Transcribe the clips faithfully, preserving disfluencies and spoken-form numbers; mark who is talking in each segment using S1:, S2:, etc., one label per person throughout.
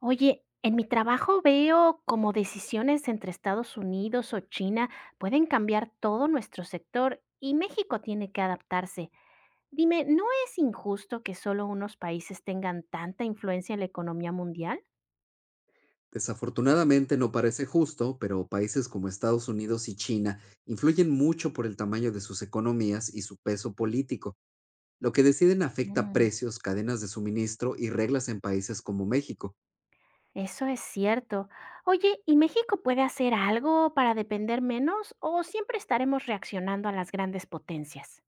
S1: Oye, en mi trabajo veo como decisiones entre Estados Unidos o China pueden cambiar todo nuestro sector y México tiene que adaptarse. Dime, ¿no es injusto que solo unos países tengan tanta influencia en la economía mundial?
S2: Desafortunadamente no parece justo, pero países como Estados Unidos y China influyen mucho por el tamaño de sus economías y su peso político. Lo que deciden afecta
S1: Mm.
S2: precios, cadenas de suministro y reglas en países como México.
S1: Eso es cierto. Oye, ¿y México puede hacer algo para depender menos o siempre estaremos reaccionando a las grandes potencias?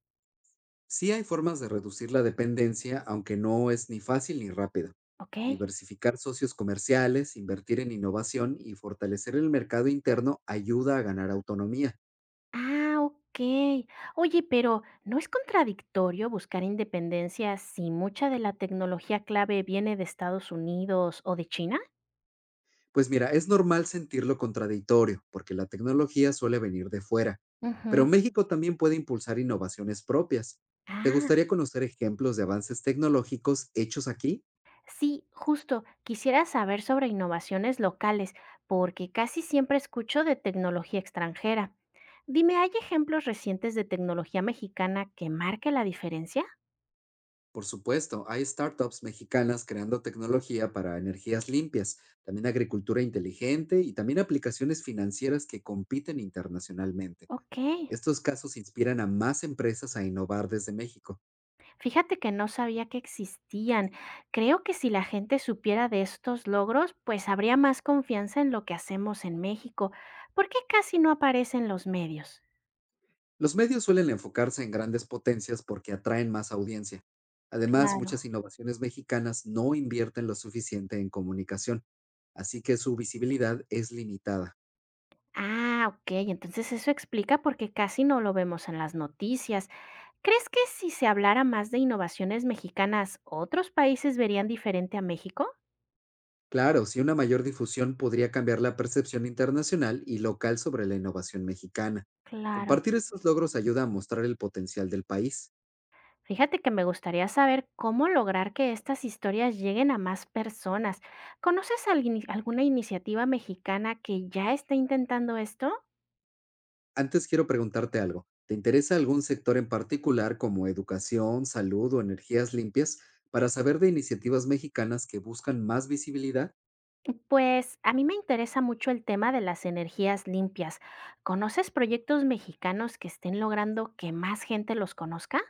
S2: Sí hay formas de reducir la dependencia, aunque no es ni fácil ni rápido.
S1: ¿Ok?
S2: Diversificar socios comerciales, invertir en innovación y fortalecer el mercado interno ayuda a ganar autonomía.
S1: Ah, ok. Oye, pero ¿no es contradictorio buscar independencia si mucha de la tecnología clave viene de Estados Unidos o de China?
S2: Pues mira, es normal sentir lo contradictorio, porque la tecnología suele venir de fuera, pero
S1: Ujú.
S2: México también puede impulsar innovaciones propias. ¿Te
S1: Ah,
S2: gustaría conocer ejemplos de avances tecnológicos hechos aquí?
S1: sí, justo. Quisiera saber sobre innovaciones locales, porque casi siempre escucho de tecnología extranjera. Dime, ¿hay ejemplos recientes de tecnología mexicana que marque la diferencia?
S2: Por supuesto, hay startups mexicanas creando tecnología para energías limpias, también agricultura inteligente y también aplicaciones financieras que compiten internacionalmente.
S1: Ok.
S2: Estos casos inspiran a más empresas a innovar desde México.
S1: Fíjate que no sabía que existían. Creo que si la gente supiera de estos logros, pues habría más confianza en lo que hacemos en México. ¿Por qué casi no aparecen los medios?
S2: Los medios suelen enfocarse en grandes potencias porque atraen más audiencia. Además,
S1: Claro.
S2: muchas innovaciones mexicanas no invierten lo suficiente en comunicación, así que su visibilidad es limitada.
S1: Ah, ok. Entonces eso explica por qué casi no lo vemos en las noticias. ¿Crees que si se hablara más de innovaciones mexicanas, otros países verían diferente a México?
S2: Claro, si una mayor difusión podría cambiar la percepción internacional y local sobre la innovación mexicana.
S1: Claro.
S2: Compartir estos logros ayuda a mostrar el potencial del país.
S1: Fíjate que me gustaría saber cómo lograr que estas historias lleguen a más personas. ¿Conoces alguni- alguna iniciativa mexicana que ya esté intentando esto?
S2: Antes quiero preguntarte algo. ¿Te interesa algún sector en particular como educación, salud o energías limpias para saber de iniciativas mexicanas que buscan más visibilidad?
S1: Pues a mí me interesa mucho el tema de las energías limpias. ¿Conoces proyectos mexicanos que estén logrando que más gente los conozca?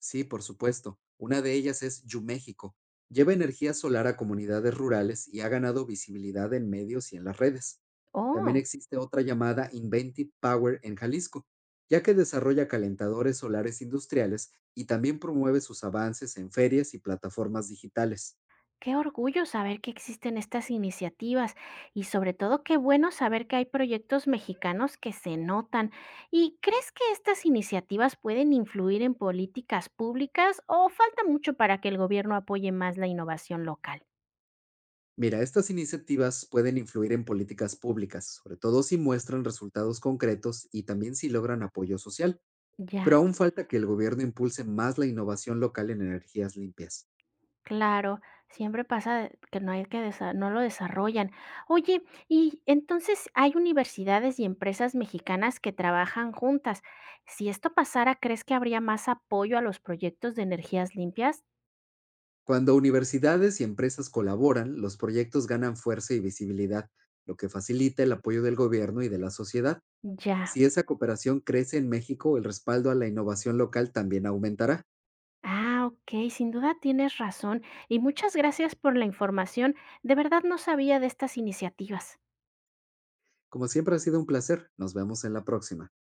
S2: Sí, por supuesto. Una de ellas es YuMéxico. Lleva energía solar a comunidades rurales y ha ganado visibilidad en medios y en las redes. También
S1: Oh.
S2: existe otra llamada Inventive Power en Jalisco, ya que desarrolla calentadores solares industriales y también promueve sus avances en ferias y plataformas digitales.
S1: Qué orgullo saber que existen estas iniciativas y sobre todo qué bueno saber que hay proyectos mexicanos que se notan. ¿Y crees que estas iniciativas pueden influir en políticas públicas o falta mucho para que el gobierno apoye más la innovación local?
S2: Mira, estas iniciativas pueden influir en políticas públicas, sobre todo si muestran resultados concretos y también si logran apoyo social,
S1: Ya.
S2: pero aún falta que el gobierno impulse más la innovación local en energías limpias.
S1: Claro, siempre pasa que no hay que desa no lo desarrollan. Oye, y entonces hay universidades y empresas mexicanas que trabajan juntas. Si esto pasara, ¿crees que habría más apoyo a los proyectos de energías limpias?
S2: Cuando universidades y empresas colaboran, los proyectos ganan fuerza y visibilidad, lo que facilita el apoyo del gobierno y de la sociedad.
S1: Ya.
S2: Si esa cooperación crece en México, el respaldo a la innovación local también aumentará.
S1: Ah, okey, sin duda tienes razón. Y muchas gracias por la información. De verdad no sabía de estas iniciativas.
S2: Como siempre ha sido un placer, nos vemos en la próxima.